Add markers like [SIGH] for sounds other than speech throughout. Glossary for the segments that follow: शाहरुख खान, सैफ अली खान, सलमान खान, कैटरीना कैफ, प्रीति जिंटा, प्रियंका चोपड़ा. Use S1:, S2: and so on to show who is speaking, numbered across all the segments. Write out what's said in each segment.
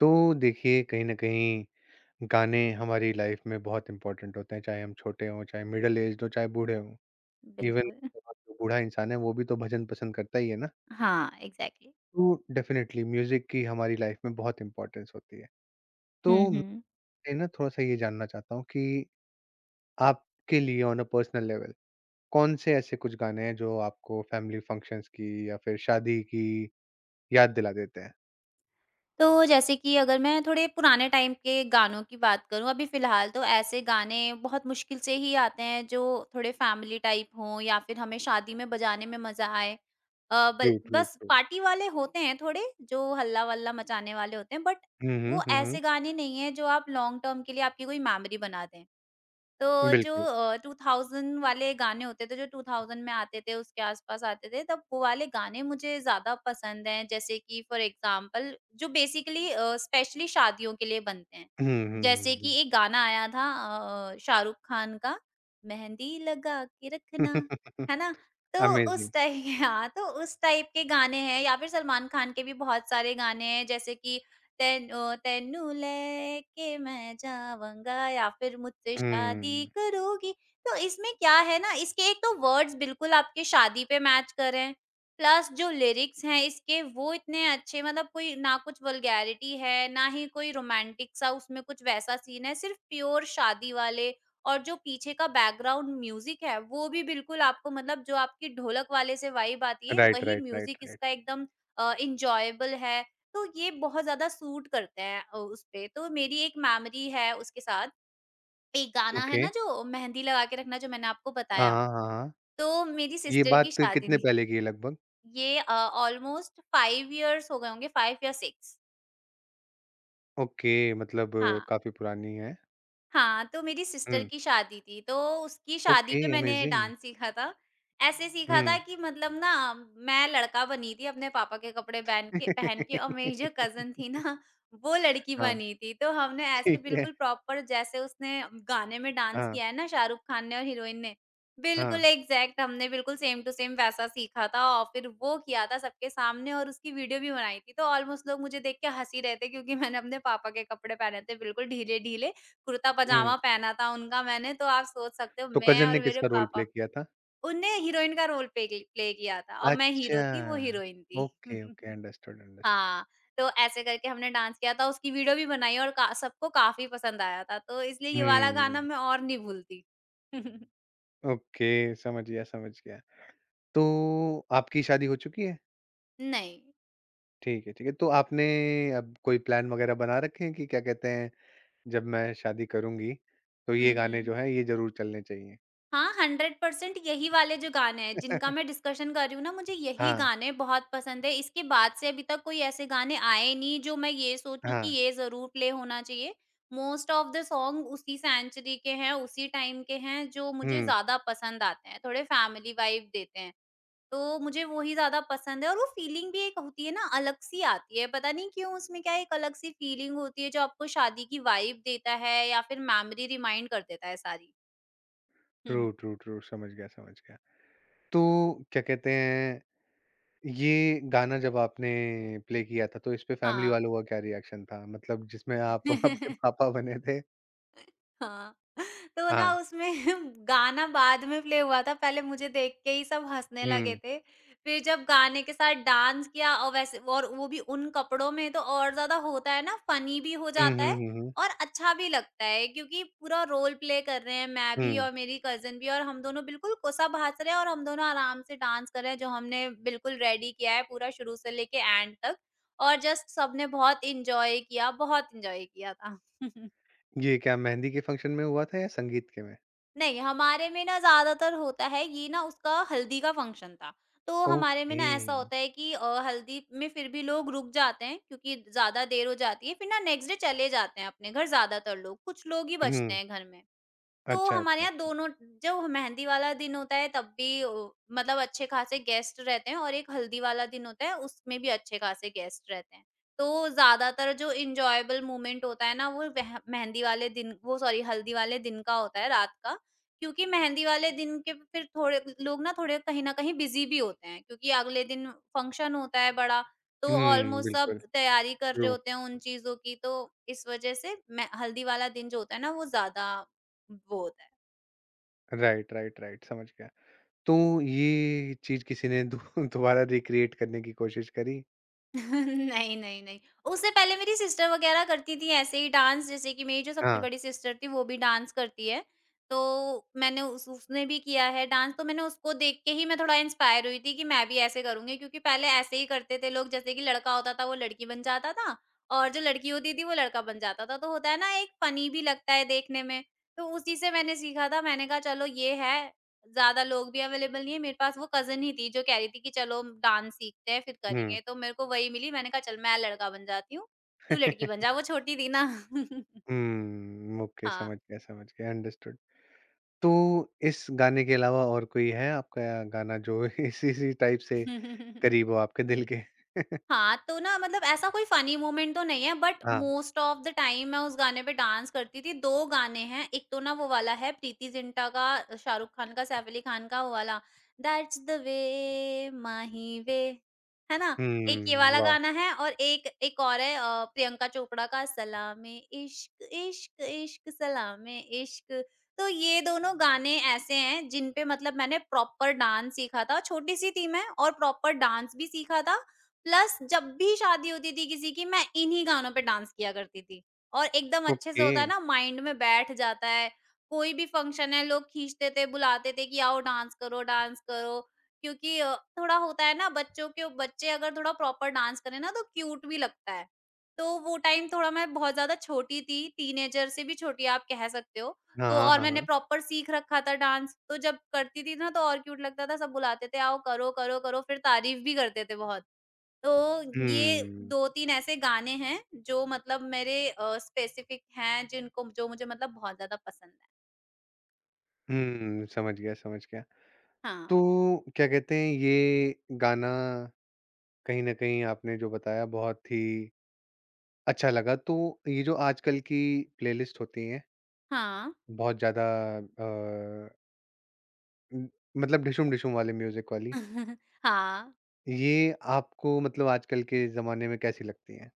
S1: तो देखिए कहीं न कहीं गाने हमारी life में बहुत important होते हैं, चाहे हम छोटे हों, चाहे मिडल एज्ड हों, चाहे बूढ़े हों। इवन
S2: बिल्कुल।
S1: जो बूढ़ा इंसान है वो भी तो भजन पसंद करता ही है ना?
S2: हाँ, एग्ज़ैक्टली।
S1: तो डेफ़िनेटली म्यूज़िक की हमारी लाइफ में बहुत इम्पोर्टेंस होती है। तो
S2: हुँ, हुँ।
S1: मैं ना थोड़ा-सा ये जानना चाहता हूँ कि आपके लिए ऑन अ पर्सनल लेवल कौन से ऐसे कुछ गाने हैं जो आपको फैमिली फंक्शंस की या फिर शादी की याद दिला देते हैं?
S2: तो जैसे कि अगर मैं थोड़े पुराने टाइम के गानों की बात करूँ, अभी फ़िलहाल तो ऐसे गाने बहुत मुश्किल से ही आते हैं जो थोड़े फ़ैमिली टाइप हों या फिर हमें शादी में बजाने में मज़ा आए। अ,
S1: ट्रू,
S2: बल
S1: ट्रू,
S2: बस
S1: ट्रू।
S2: पार्टी वाले होते हैं थोड़े, जो हल्ला-वल्ला मचाने वाले होते हैं, बट
S1: हुँ, हुँ,
S2: वो
S1: हुँ, हुँ।
S2: ऐसे गाने नहीं हैं जो आप लॉन्ग टर्म के लिए आपकी कोई मेमोरी बना दें। तो जो
S1: बिल्कुल।
S2: 2000 वाले गाने होते थे, जो 2000 में आते थे, उसके आस-पास आते थे, तब वो वाले गाने मुझे ज़्यादा पसंद हैं। जैसे कि फ़ॉर एग्ज़ाम्पल जो बेसिकली स्पेशली शादियों के लिए बनते हैं।
S1: हुँ, हुँ,
S2: जैसे
S1: हुँ, हुँ।
S2: कि एक गाना आया था शाहरुख खान का, मेहंदी लगा के रखना,
S1: अमेज़िंग।
S2: है ना?
S1: [LAUGHS]
S2: तो उस टाइप [LAUGHS] हाँ, तो उस टाइप के गाने हैं या फिर सलमान खान के भी बहुत सारे गाने हैं, जैसे कि तेनो तेनू लेके मैं जाऊँगा या फिर मुझसे शादी
S1: हुँ।
S2: करोगी। तो इसमें क्या है ना, इसके एक तो वर्ड्स बिल्कुल आपके शादी पे मैच कर रहे हैं, प्लस जो लिरिक्स हैं इसके वो इतने अच्छे, मतलब कोई ना कुछ वल्गैरिटी है, ना ही कोई रोमांटिक सा उसमें कुछ वैसा सीन है, सिर्फ़ प्योर शादी वाले। और जो पीछे का बैकग्राउंड म्यूज़िक है, वो भी बिल्कुल आपको, मतलब जो आपकी ढोलक वाले से वाइब आती है,
S1: राइट,
S2: वही
S1: राइट, राइट,
S2: म्यूज़िक
S1: राइट।
S2: इसका एकदम एन्जॉयबल है। तो ये बहुत ज़्यादा सूट करते हैं उस पे। तो मेरी एक मेमोरी है उसके साथ। एक गाना है
S1: ओके।
S2: ना, जो मेहंदी लगा के रखना, जो मैंने आपको
S1: हाँ,
S2: बताया।
S1: हाँ, हाँ, हाँ।
S2: तो मेरी
S1: ये
S2: सिस्टर की
S1: बात
S2: शादी
S1: कितने
S2: में,
S1: पहले की है लगभग?
S2: ये ऑलमोस्ट 5 इयर्स हो गए होंगे, 5 या 6।
S1: ओके, मतलब
S2: हाँ।
S1: काफ़ी पुरानी है।
S2: हाँ, तो मेरी सिस्टर
S1: हुँ।
S2: की शादी थी, तो उसकी शादी
S1: ओके,
S2: पे मैंने
S1: अमेज़िंग।
S2: डांस सीखा था। ऐसे सीखा था
S1: हुँ।
S2: कि, मतलब ना, मैं लड़का बनी थी अपने पापा के कपड़े पहन के पहन के, और मेरी जो
S1: [LAUGHS]
S2: कज़िन थी ना, वो लड़की
S1: हाँ,
S2: बनी थी। तो हमने ऐसे
S1: ठीक है।
S2: बिल्कुल प्रॉपर, जैसे उसने गाने में डांस
S1: हाँ,
S2: किया है ना शाहरुख खान ने और हीरोइन ने,
S1: हाँ।
S2: बिल्कुल एग्ज़ैक्ट, हमने बिल्कुल सेम टू सेम वैसा सीखा था और फिर वो किया था सबके सामने और उसकी वीडियो भी बनाई थी। तो ऑलमोस्ट लोग मुझे देख के हँस ही रहे थे क्योंकि मैंने अपने पापा के कपड़े पहने थे, बिल्कुल ढीले-ढीले
S1: हुँ।
S2: कुर्ता-पजामा पहना था उनका मैंने, तो आप सोच सकते हो
S1: तो
S2: मैं
S1: कज़न ने
S2: और मेरे
S1: किसका रोल प्ले
S2: पापा।
S1: किया था?
S2: उनने हीरोइन का रोल पे की प्ले किया था और मैं
S1: अच्छा।
S2: हीरो थी, वो हीरोइन थी।
S1: Okay, okay.
S2: [LAUGHS]
S1: Understood, understood.
S2: हाँ, तो ऐसे करके हमने डांस किया था, उसकी वीडियो भी बनाई और का सबको काफ़ी पसंद आया था, तो इसलिए ये वाला
S1: हुँ।
S2: गाना मैं और नहीं भूलती। [LAUGHS]
S1: ओके, समझ गया, समझ गया। तो आपकी शादी हो चुकी है?
S2: नहीं।
S1: ठीक है, ठीक है। तो आपने अब कोई प्लान वगैरह बना रखे हैं कि क्या कहते हैं जब मैं शादी करूँगी, तो ये
S2: हुँ,
S1: गाने
S2: हुँ।
S1: जो हैं ये ज़रूर चलने चाहिए।
S2: हाँ, 100% यही वाले जो गाने हैं, जिनका मैं
S1: [LAUGHS]
S2: डिस्कशन कर रही हूँ ना, मुझे यही
S1: हाँ,
S2: गाने बहुत पसंद है। इसके बाद से अभी तक कोई ऐसे गाने आए नहीं, जो मैं ये सोचूँ कि
S1: हाँ।
S2: ये ज़रूर प्ले होना चाहिए। मोस्ट ऑफ द सॉन्ग उसी सेंचुरी के हैं, उसी टाइम के हैं, जो मुझे
S1: हुँ,
S2: ज़्यादा पसंद आते हैं, थोड़े फैमिली वाइब देते हैं। तो मुझे वो ही ज़्यादा पसंद है, और वो फीलिंग भी एक होती है ना, अलग-सी आती है। पता नहीं क्यों उसमें क्या एक अलग-सी फीलिंग होती है, जो आपको शादी की वाइब देता है या फिर मेमोरी रिमाइंड कर देता है सारी। [LAUGHS] Hmm,
S1: true,
S2: hmm.
S1: True, true समझ गया, समझ गया। तो क्या कहते हैं, ये गाना जब आपने प्ले किया था तो इस पे फैमिली
S2: हाँ।
S1: वालों का क्या रिएक्शन था? मतलब जिसमें आप [LAUGHS] आपके
S2: [LAUGHS]
S1: पापा बने थे
S2: हाँ, तो ना
S1: हाँ।
S2: उसमें [LAUGHS] गाना बाद में प्ले हुआ था, पहले मुझे देख के ही सब हँसने लगे
S1: हुँ।
S2: थे। फिर जब गाने के साथ डांस किया, और वैसे और वो भी उन कपड़ों में, तो और ज़्यादा होता है ना, फनी भी हो
S1: हुँ,
S2: जाता
S1: हुँ,
S2: है
S1: हुँ, हुँ।
S2: और अच्छा भी लगता है क्योंकि पूरा रोल प्ले कर रहे हैं, मैं भी
S1: हुँ,
S2: और मेरी कज़िन भी, और हम दोनों बिल्कुल कोसा-भात रहे हैं और हम दोनों आराम से डांस कर रहे हैं, जो हमने बिल्कुल रेडी किया है, पूरा शुरू से लेके एंड तक, और जस्ट सबने बहुत एन्जॉय किया था। [LAUGHS]
S1: ये क्या मेहंदी के फंक्शन में हुआ था या संगीत के में?
S2: नहीं, हमारे में ना ज़्यादातर होता है ये ना, उसका हल्दी का फंक्शन था। तो हमारे में
S1: ओके।
S2: ना ऐसा होता है कि हल्दी में फिर भी लोग रुक जाते हैं क्योंकि ज़्यादा देर हो जाती है, फिर ना नेक्स्ट डे चले जाते हैं अपने घर ज़्यादातर लोग, कुछ लोग ही बचते
S1: हुँ,
S2: हैं घर में। तो
S1: अच्छा,
S2: हमारे
S1: अच्छा,
S2: यहाँ
S1: अच्छा।
S2: दोनों, जब मेहंदी वाला दिन होता है तब भी, मतलब अच्छे खासे गेस्ट रहते हैं, और एक हल्दी वाला दिन होता है उसमें भी अच्छे खासे गेस्ट रहते हैं। तो ज्यादातर जो इंजॉयबल मोमेंट होता है ना, वो मेहंदी वाले दिन, वो सॉरी, हल्दी वाले दिन का होता है, रात का। क्योंकि मेहंदी वाले दिन के फिर थोड़े लोग ना, थोड़े कहीं ना कहीं बिजी भी होते हैं क्योंकि अगले दिन फंक्शन होता है बड़ा, तो
S1: हुँ,
S2: ऑलमोस्ट सब
S1: बिल्कुल,
S2: तैयारी कर रहे
S1: ट्रू।
S2: होते हैं उन चीजों की, तो इस वजह से हल्दी वाला दिन जो होता है ना, वो ज्यादा वो होता है।
S1: राइट, राइट, राइट समझ गया। तो ये चीज़ किसी ने दो [LAUGHS] दोबारा रिक्रिएट करने की कोशिश करी?
S2: [LAUGHS] नहीं, नहीं, नहीं। उससे पहले मेरी सिस्टर वगैरह करती थी ऐसे ही डांस, जैसे कि मेरी जो सबसे
S1: हाँ।
S2: बड़ी सिस्टर थी वो भी डांस करती है। तो मैंने उस उसने भी किया है डांस, तो मैंने उसको देख के ही मैं थोड़ा इंस्पायर हुई थी कि मैं भी ऐसे करूँगी, क्योंकि पहले ऐसे ही करते थे लोग, जैसे कि लड़का होता था वो लड़की बन जाता था, और जो लड़की होती थी वो लड़का बन जाता था। तो होता है ना, एक फ़नी भी लगता है देखने में। तो उसी से मैंने सीखा था, मैंने कहा चलो ये है, ज़्यादा लोग भी अवेलेबल नहीं है, मेरे पास वो कज़िन ही थी जो कह रही थी कि चलो डांस सीखते हैं फिर
S1: हुँ।
S2: करेंगे, तो मेरे को वही मिली, मैंने कहा चल मैं लड़का बन जाती हूँ, तू
S1: हुँ,
S2: लड़की बन
S1: [LAUGHS]
S2: जा, वो छोटी थी ना। [LAUGHS]
S1: ओके
S2: हाँ।
S1: समझ गया, अंडरस्टूड। तो इस गाने के अलावा और कोई है आपका गाना जो [LAUGHS] इसी इसी टाइप से
S2: [LAUGHS]
S1: करीब हो आपके दिल के?
S2: हाँ, तो ना मतलब ऐसा कोई फ़नी मोमेंट तो नहीं है, बट
S1: हाँ।
S2: मोस्ट ऑफ द टाइम मैं उस गाने पे डांस करती थी। 2 गाने हैं, एक तो ना वो वाला है, प्रीति जिंटा का, शाहरुख खान का, सैफ अली खान का वो वाला, दैट्स द वे माही वे, है ना? एक ये
S1: हुँ,
S2: वाला
S1: वाह!
S2: गाना है, और एक एक और है प्रियंका चोपड़ा का, सलामे इश्क इश्क इश्क सलामे इश्क। तो ये दोनों गाने ऐसे हैं जिन पे, मतलब मैंने प्रॉपर डांस सीखा था। छोटी-सी थी मैं, और प्रॉपर डांस भी सीखा था, प्लस जब भी शादी होती थी किसी की, मैं इन्हीं गानों पे डांस किया करती थी, और एकदम अच्छे से
S1: ओके।
S2: होता है ना, माइंड में बैठ जाता है। कोई भी फंक्शन है, लोग खींचते थे, बुलाते थे कि आओ डांस करो, डांस करो। क्योंकि थोड़ा होता है ना, बच्चों के बच्चे अगर थोड़ा प्रॉपर डांस करें ना तो क्यूट भी लगता है। तो वो टाइम थोड़ा, मैं बहुत ज़्यादा छोटी थी, टीनेजर से भी छोटी आप कह सकते हो।
S1: हाँ,
S2: तो
S1: हाँ,
S2: और
S1: हाँ,
S2: मैंने
S1: हाँ।
S2: प्रॉपर सीख रखा था डांस, तो जब करती थी ना तो और क्यूट लगता था, सब बुलाते थे आओ करो, करो, करो, फिर तारीफ भी करते थे बहुत। तो ये
S1: हुँ,
S2: 2-3 ऐसे गाने हैं जो मतलब मेरे स्पेसिफिक हैं, जिनको जो मुझे मतलब बहुत ज़्यादा पसंद है।
S1: हुँ, समझ गया, समझ गया।
S2: हाँ,
S1: तो क्या कहते हैं ये गाना कहीं न कहीं आपने जो बताया बहुत ही अच्छा लगा, तो ये जो आजकल की प्लेलिस्ट होती हैं,
S2: हाँ।
S1: बहुत ज़्यादा अ, उम, मतलब डिशुम-डिशुम वाले म्यूज़िक वाली,
S2: [LAUGHS] हाँ।
S1: ये आपको मतलब आजकल के ज़माने में कैसी लगती हैं?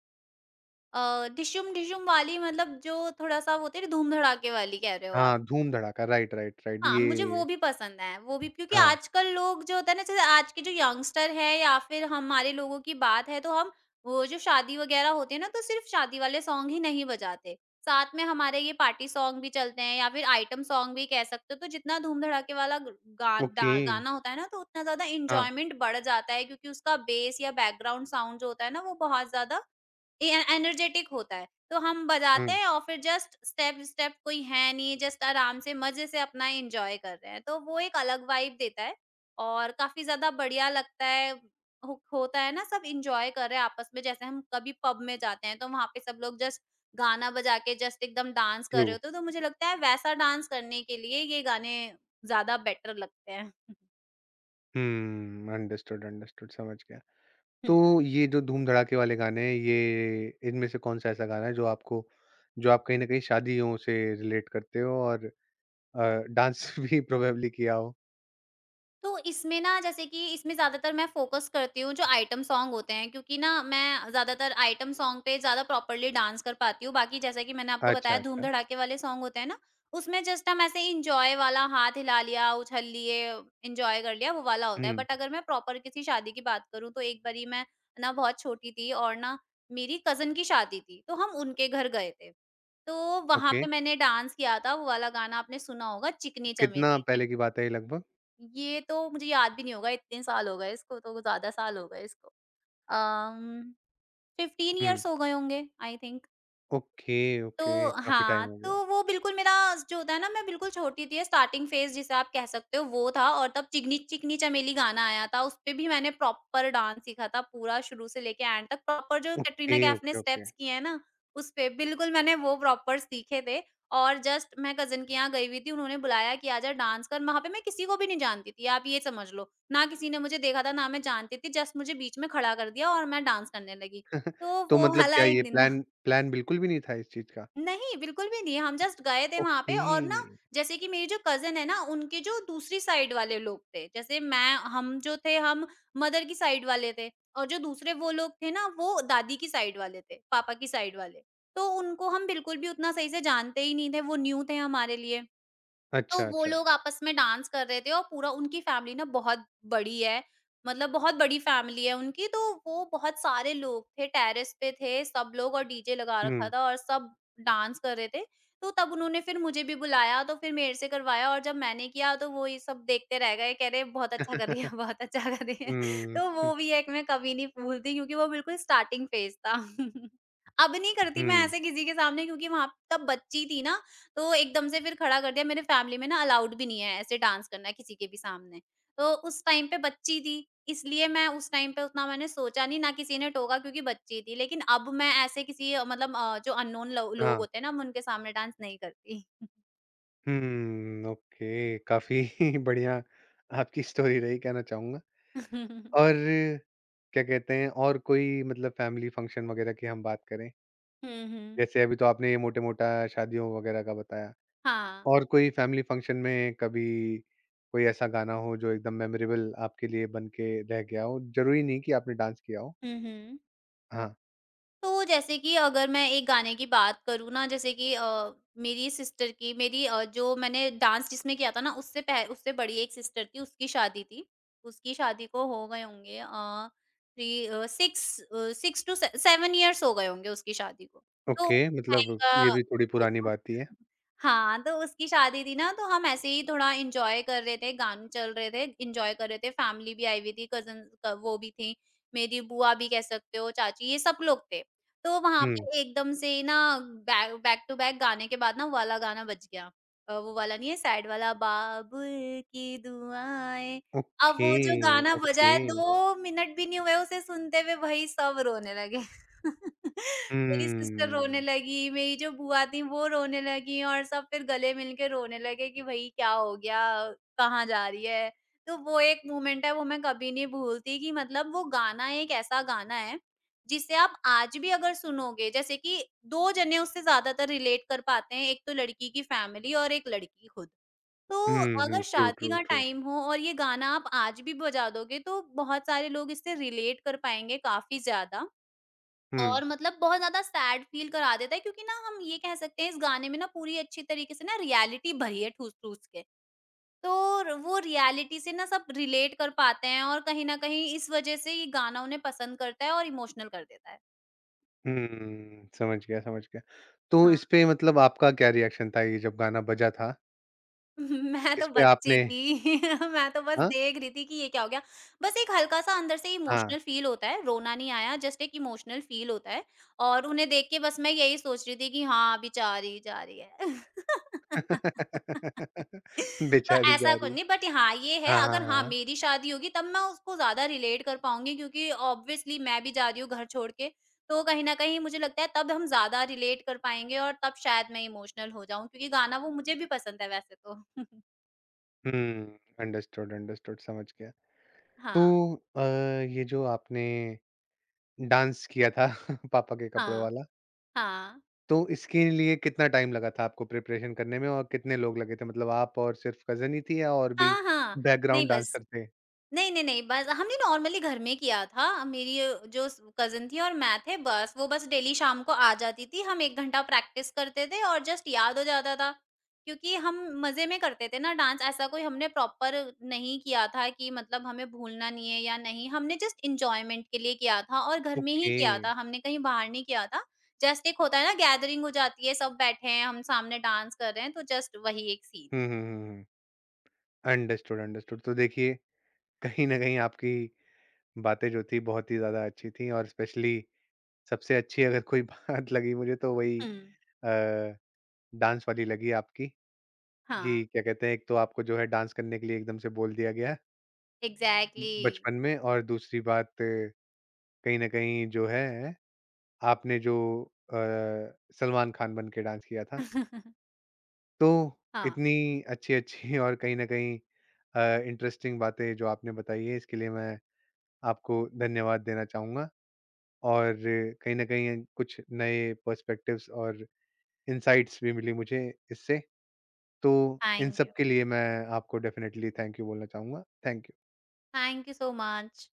S2: डिशुम डिशुम वाली, मतलब जो थोड़ा-सा वो होती है ना, धूम-धड़ाके वाली कह रहे हो
S1: हाँ,
S2: आप।
S1: धूम-धड़ाका, राइट, राइट, राइट,
S2: हाँ, मुझे वो
S1: ये
S2: भी पसंद है, वो भी, क्योंकि
S1: हाँ,
S2: आजकल लोग जो होता है ना, जैसे आज के जो यंगस्टर है या फिर हमारे लोगों की बात है तो हम, वो जो शादी वगैरह होती है ना, तो सिर्फ शादी वाले सॉन्ग ही नहीं बजाते। साथ में हमारे ये पार्टी सॉन्ग भी चलते हैं या फिर आइटम सॉन्ग भी कह सकते हो, तो जितना धूम-धड़ाके वाला ग गा
S1: ओके,
S2: डा गाना होता है ना, तो उतना ज़्यादा
S1: हाँ,
S2: एन्जॉयमेंट बढ़ जाता है, क्योंकि उसका बेस या बैकग्राउंड साउंड जो होता है ना, वो बहुत ज़्यादा ए एनर्जेटिक होता है। तो हम बजाते
S1: हुँ,
S2: हैं और फिर जस्ट स्टेप-स्टेप, कोई है नहीं, जस्ट आराम से मज़े से अपना एन्जॉय कर रहे हैं। तो वो एक अलग वाइब देता है और काफ़ी ज़्यादा बढ़िया लगता है। हो होता है ना, सब एन्जॉय कर रहे हैं आपस में, जैसे हम कभी पब में जाते हैं तो वहाँ पे सब लोग जस्ट गाना बजा के जस्ट एकदम डांस कर
S1: ट्रू,
S2: रहे होते हैं। तो मुझे लगता है वैसा डांस करने के लिए ये गाने ज़्यादा बेटर लगते हैं। [LAUGHS]
S1: हुँ, अंडरस्टूड, अंडरस्टूड, समझ गया। तो ये जो धूम-धड़ाके वाले गाने हैं, ये इनमें से कौन-सा ऐसा गाना है जो आपको जो आप कहीं न कहीं शादियों से रिलेट करते हो और अ, डांस [LAUGHS] भी प्रोबेबली किया हो?
S2: तो इसमें ना, जैसे कि इसमें ज़्यादातर मैं फ़ोकस करती हूँ जो आइटम सॉन्ग होते हैं, क्योंकि ना मैं ज़्यादातर आइटम सॉन्ग पे ज़्यादा प्रॉपर्ली डांस कर पाती हूँ। बाकी जैसा कि मैंने आपको
S1: अच्छा,
S2: बताया, धूम
S1: अच्छा।
S2: धड़ाके वाले सॉन्ग होते हैं ना, उसमें जस्ट हम ऐसे एन्जॉय वाला, हाथ हिला लिया, उछल लिए, एन्जॉय कर लिया, वो वाला होता है।
S1: हुँ,
S2: बट अगर मैं प्रॉपर किसी शादी की बात करूँ, तो एक बारी मैं ना बहुत छोटी थी, और ना, मेरी कज़िन की शादी थी, तो हम उनके घर गए थे। तो वहाँ
S1: ओके।
S2: पे मैंने डांस किया था, वो वाला गाना आपने सुना होगा चिकनी
S1: कितना
S2: चमेली।
S1: पहले की बात है ये लगभग?
S2: ये तो मुझे याद भी नहीं होगा, इतने साल हो गए इसको तो, ज़्यादा साल हो गए इसको। अम, 15
S1: हुँ।
S2: इयर्स हो गए होंगे आई थिंक।
S1: ओके,
S2: तो
S1: ओके, काफ़ी टाइम
S2: हाँ,
S1: हो गया।
S2: तो वो बिल्कुल मेरा जो होता है ना, मैं बिल्कुल छोटी थी, स्टार्टिंग फेज़ जिसे आप कह सकते हो वो था और तब चिकनी चिकनी चमेली गाना आया था, उसपे भी मैंने प्रॉपर डांस सीखा था पूरा शुरू से लेके एंड तक। प्रॉपर जो
S1: ओके,
S2: कैटरीना कैफ ने
S1: ओके, ओके।
S2: स्टेप्स किए हैं ना, उसपे बिल्कुल मैंने वो प्रॉपर सीखे थे। और जस्ट मैं कज़िन के यहाँ गई हुई थी, उन्होंने बुलाया कि आजा डांस कर, वहाँ पे मैं किसी को भी नहीं जानती थी, आप ये समझ लो। ना किसी ने मुझे देखा था, ना मैं जानती थी, जस्ट मुझे बीच में खड़ा कर दिया और मैं डांस करने लगी। तो
S1: तो
S2: वो
S1: मतलब
S2: वाला
S1: क्या ये
S2: एक दिन था।
S1: प्लान प्लान बिल्कुल भी नहीं था इस चीज़ का?
S2: नहीं, बिल्कुल भी नहीं, हम जस्ट गए थे वहाँ पे।
S1: ओके।
S2: और ना जैसे कि मेरी जो कज़िन है ना, उनके जो दूसरी साइड वाले लोग थे, जैसे मैं हम जो थे, हम मदर की साइड वाले थे और जो दूसरे वो लोग थे ना, वो दादी की साइड वाले थे, पापा की साइड वाले। तो उनको हम बिल्कुल भी उतना सही से जानते ही नहीं थे, वो न्यू थे हमारे लिए। तो
S1: अच्छा,
S2: वो
S1: अच्छा।
S2: लोग आपस में डांस कर रहे थे और पूरा उनकी फैमिली ना बहुत बड़ी है, मतलब बहुत बड़ी फैमिली है उनकी, तो वो बहुत सारे लोग थे, टेरेस पे थे सब लोग और डीजे लगा रखा
S1: हुँ।
S2: था और सब डांस कर रहे थे। तो तब उन्होंने फिर मुझे भी बुलाया, तो फिर मेरे से करवाया और जब मैंने किया तो वो ये सब देखते रह गए, कह रहे बहुत अच्छा कर रही है,
S1: [LAUGHS]
S2: बहुत अच्छा कर रही है। [LAUGHS]
S1: हुँ,
S2: तो
S1: हुँ,
S2: वो भी एक, मैं कभी नहीं भूलती क्योंकि वो बिल्कुल स्टार्टिंग फेज़ था। [LAUGHS] अब नहीं करती मैं
S1: हुँ।
S2: ऐसे किसी के सामने क्योंकि वहाँ तब बच्ची थी ना, तो एकदम से फिर खड़ा कर दिया। मेरे फैमिली में ना अलाउड भी नहीं है ऐसे डांस करना किसी के भी सामने। तो उस टाइम पे बच्ची थी, इसलिए मैं उस टाइम पे उतना मैंने सोचा नहीं, ना किसी ने टोका क्योंकि बच्ची थी। लेकिन अब मैं ऐसे किसी मतलब जो अननोन लो
S1: [LAUGHS]
S2: लोग
S1: हाँ।
S2: होते हैं ना, मैं उनके सामने डांस नहीं करती।
S1: Hmm, okay. काफ़ी [LAUGHS] बढ़िया आपकी स्टोरी रही कहना चाहूँगा।
S2: [LAUGHS]
S1: और क्या कहते हैं और कोई मतलब फैमिली फंक्शन वगैरह की हम बात करें?
S2: हुँ, हुँ।
S1: जैसे अभी तो आपने ये मोटे-मोटा शादियों वगैरह का बताया।
S2: हाँ।
S1: और कोई फैमिली फंक्शन में कभी कोई ऐसा गाना हो जो एकदम मेमोरेबल आपके लिए बन के रह गया हो? ज़रूरी नहीं कि आपने डांस किया हो।
S2: हुँ, हुँ।
S1: हाँ,
S2: तो जैसे कि अगर मैं एक गाने की बात करूँ ना, जैसे कि मेरी सिस्टर की, मेरी जो मैंने डांस जिसमें किया था ना, उससे बड़ी एक सिस्टर थी, उसकी शादी थी। उसकी शादी को हो गए होंगे uh, three uh, six two से, सेवन इयर्स हो गए होंगे उसकी शादी को। तो
S1: ओके
S2: उस टाइम
S1: मतलब
S2: का
S1: ये भी थोड़ी
S2: वो
S1: पुरानी
S2: था।
S1: बात ही है।
S2: हाँ, तो उसकी शादी थी ना, तो हम ऐसे ही थोड़ा इंजॉय कर रहे थे, गाने चल रहे थे, इंजॉय कर रहे थे, फैमिली भी आई हुई थी, कजन वो भी थी, मेरी बुआ भी कह सकते हो, चाची, ये सब लोग थे। तो वहाँ
S1: हुँ,
S2: पे एकदम से ना बै बैक टू बैक गाने के बाद ना वो वाला गाना बज गया। वो वाला नहीं है, सैड वाला, बाबुल की दुआएँ। अब
S1: ओके,
S2: वो जो गाना बजा
S1: ओके।
S2: है, 2 मिनट भी नहीं हुए उसे सुनते हुए, भाई सब रोने लगे। [LAUGHS] मेरी सिस्टर रोने
S1: हम्म।
S2: लगी, मेरी जो बुआ थी वो रोने लगी और सब फिर गले मिल के रोने लगे कि भई क्या हो गया? कहाँ जा रही है? तो वो एक मोमेंट है, वो मैं कभी नहीं भूलती कि मतलब वो गाना एक ऐसा गाना है, जिसे आप आज भी अगर सुनोगे, जैसे कि 2 जने उससे ज़्यादातर रिलेट कर पाते हैं, एक तो लड़की की फैमिली और एक लड़की खुद। तो
S1: हुँ, हुँ।
S2: अगर
S1: ट्रू,
S2: शादी
S1: ट्रू,
S2: का
S1: ट्रू।
S2: टाइम हो और ये गाना आप आज भी बजा दोगे, तो बहुत सारे लोग इससे रिलेट कर पाएँगे, काफ़ी ज़्यादा।
S1: हुँ।
S2: और मतलब बहुत ज़्यादा सैड फ़ील करा देता है क्योंकि ना, हम ये कह सकते हैं इस गाने में ना पूरी अच्छी तरीके से ना रियलिटी भरी है ठूस-ठूस के। तो र वो रियलिटी से ना सब रिलेट कर पाते हैं और कहीं न कहीं इस वज़ह से ये गाना उन्हें पसंद करता है और इमोशनल कर देता है।
S1: हुँ, समझ गया, समझ गया। तो
S2: हाँ।
S1: इस पे मतलब आपका क्या रिएक्शन था ये जब गाना बजा था?
S2: मैं तो
S1: इस पे
S2: बच्ची
S1: आपने
S2: थी। [LAUGHS] मैं तो बस
S1: हाँ?
S2: देख रही थी कि ये क्या हो गया। बस एक हल्का-सा अंदर से
S1: हाँ।
S2: इमोशनल फ़ील होता है, रोना नहीं आया, जस्ट एक इमोशनल फ़ील होता है। और उन्हें देख के बस मैं यही सोच रही थी कि हाँ, बेचारी जा रही, जा रही है।
S1: [LAUGHS]
S2: [LAUGHS] तो
S1: बेचारी जा
S2: ऐसा
S1: रही
S2: कुछ
S1: है।
S2: नहीं, बट हाँ, ये है,
S1: हाँ, हाँ,
S2: अगर हाँ,
S1: हाँ।
S2: मेरी शादी होगी तब मैं उसको ज़्यादा रिलेट कर पाऊँगी क्योंकि ऑब्वियसली मैं भी जा रही हूँ घर छोड़ के। तो कहीं न कहीं मुझे लगता है तब हम ज़्यादा रिलेट कर पाएँगे और तब शायद मैं इमोशनल हो जाऊँ क्योंकि गाना वो मुझे भी पसंद है वैसे तो। [LAUGHS]
S1: हुँ, अंडरस्टूड, अंडरस्टूड समझ गया। तो
S2: हाँ,
S1: ये जो आपने डांस किया था [LAUGHS] पापा के कपड़ों
S2: हाँ,
S1: वाला,
S2: हाँ।
S1: तो इसके लिए कितना टाइम लगा था आपको प्रिपरेशन करने में और कितने लोग लगे थे? मतलब आप और सिर्फ़ कज़िन ही थी या और भी
S2: हाँ, हाँ। नहीं,
S1: बैकग्राउंड
S2: बस
S1: डांसर थे?
S2: नहीं, नहीं, नहीं, बस हमने नॉर्मली घर में किया था। मेरी जो स कज़िन थी और मैं थे, बस वो बस डेली शाम को आ जाती थी। हम 1 घंटा प्रैक्टिस करते थे और जस्ट याद हो जाता था। क्योंकि हम मज़े में करते थे ना डांस, ऐसा कोई हमने प्रॉपर नहीं किया था कि मतलब हमें भूलना नहीं है या नहीं। हमने जस्ट एन्जॉयमेंट के लिए किया था और घर में ही
S1: ओके।
S2: किया था। हमने कहीं बाहर नहीं किया था। जस्ट एक होता है ना गैदरिंग हो जाती है, सब बैठे हैं, हम सामने डांस कर रहे हैं, तो जस्ट वही एक scene.
S1: Hmm, hmm, hmm, hmm. Understood, understood. तो देखिए, कहीं न कहीं आपकी बातें जो थी बहुत ही ज़्यादा अच्छी थी और स्पेशली सबसे अच्छी अगर कोई [LAUGHS] बात लगी मुझे तो वही
S2: Hmm.
S1: अ, डांस वाली लगी आपकी। कि
S2: Yeah.
S1: क्या कहते हैं, एक तो आपको जो है डांस करने के लिए एकदम से बोल दिया गया
S2: Exactly.
S1: बचपन में और दूसरी बात कहीं न कहीं जो है आपने जो अ, सलमान खान बन के डांस किया था।
S2: [LAUGHS]
S1: तो
S2: Yeah.
S1: इतनी अच्छी-अच्छी और कहीं न कहीं अ, इंटरेस्टिंग बातें जो आपने बताई है इसके लिए मैं आपको धन्यवाद देना चाहूँगा और कहीं न कहीं कुछ नए पर्सपेक्टिव्स और इनसाइट्स भी मिली मुझे इससे। तो इन
S2: Thank
S1: सब
S2: you.
S1: के लिए मैं आपको डेफ़िनेटली थैंक यू बोलना चाहूँगा। Thank you.
S2: Thank you so much.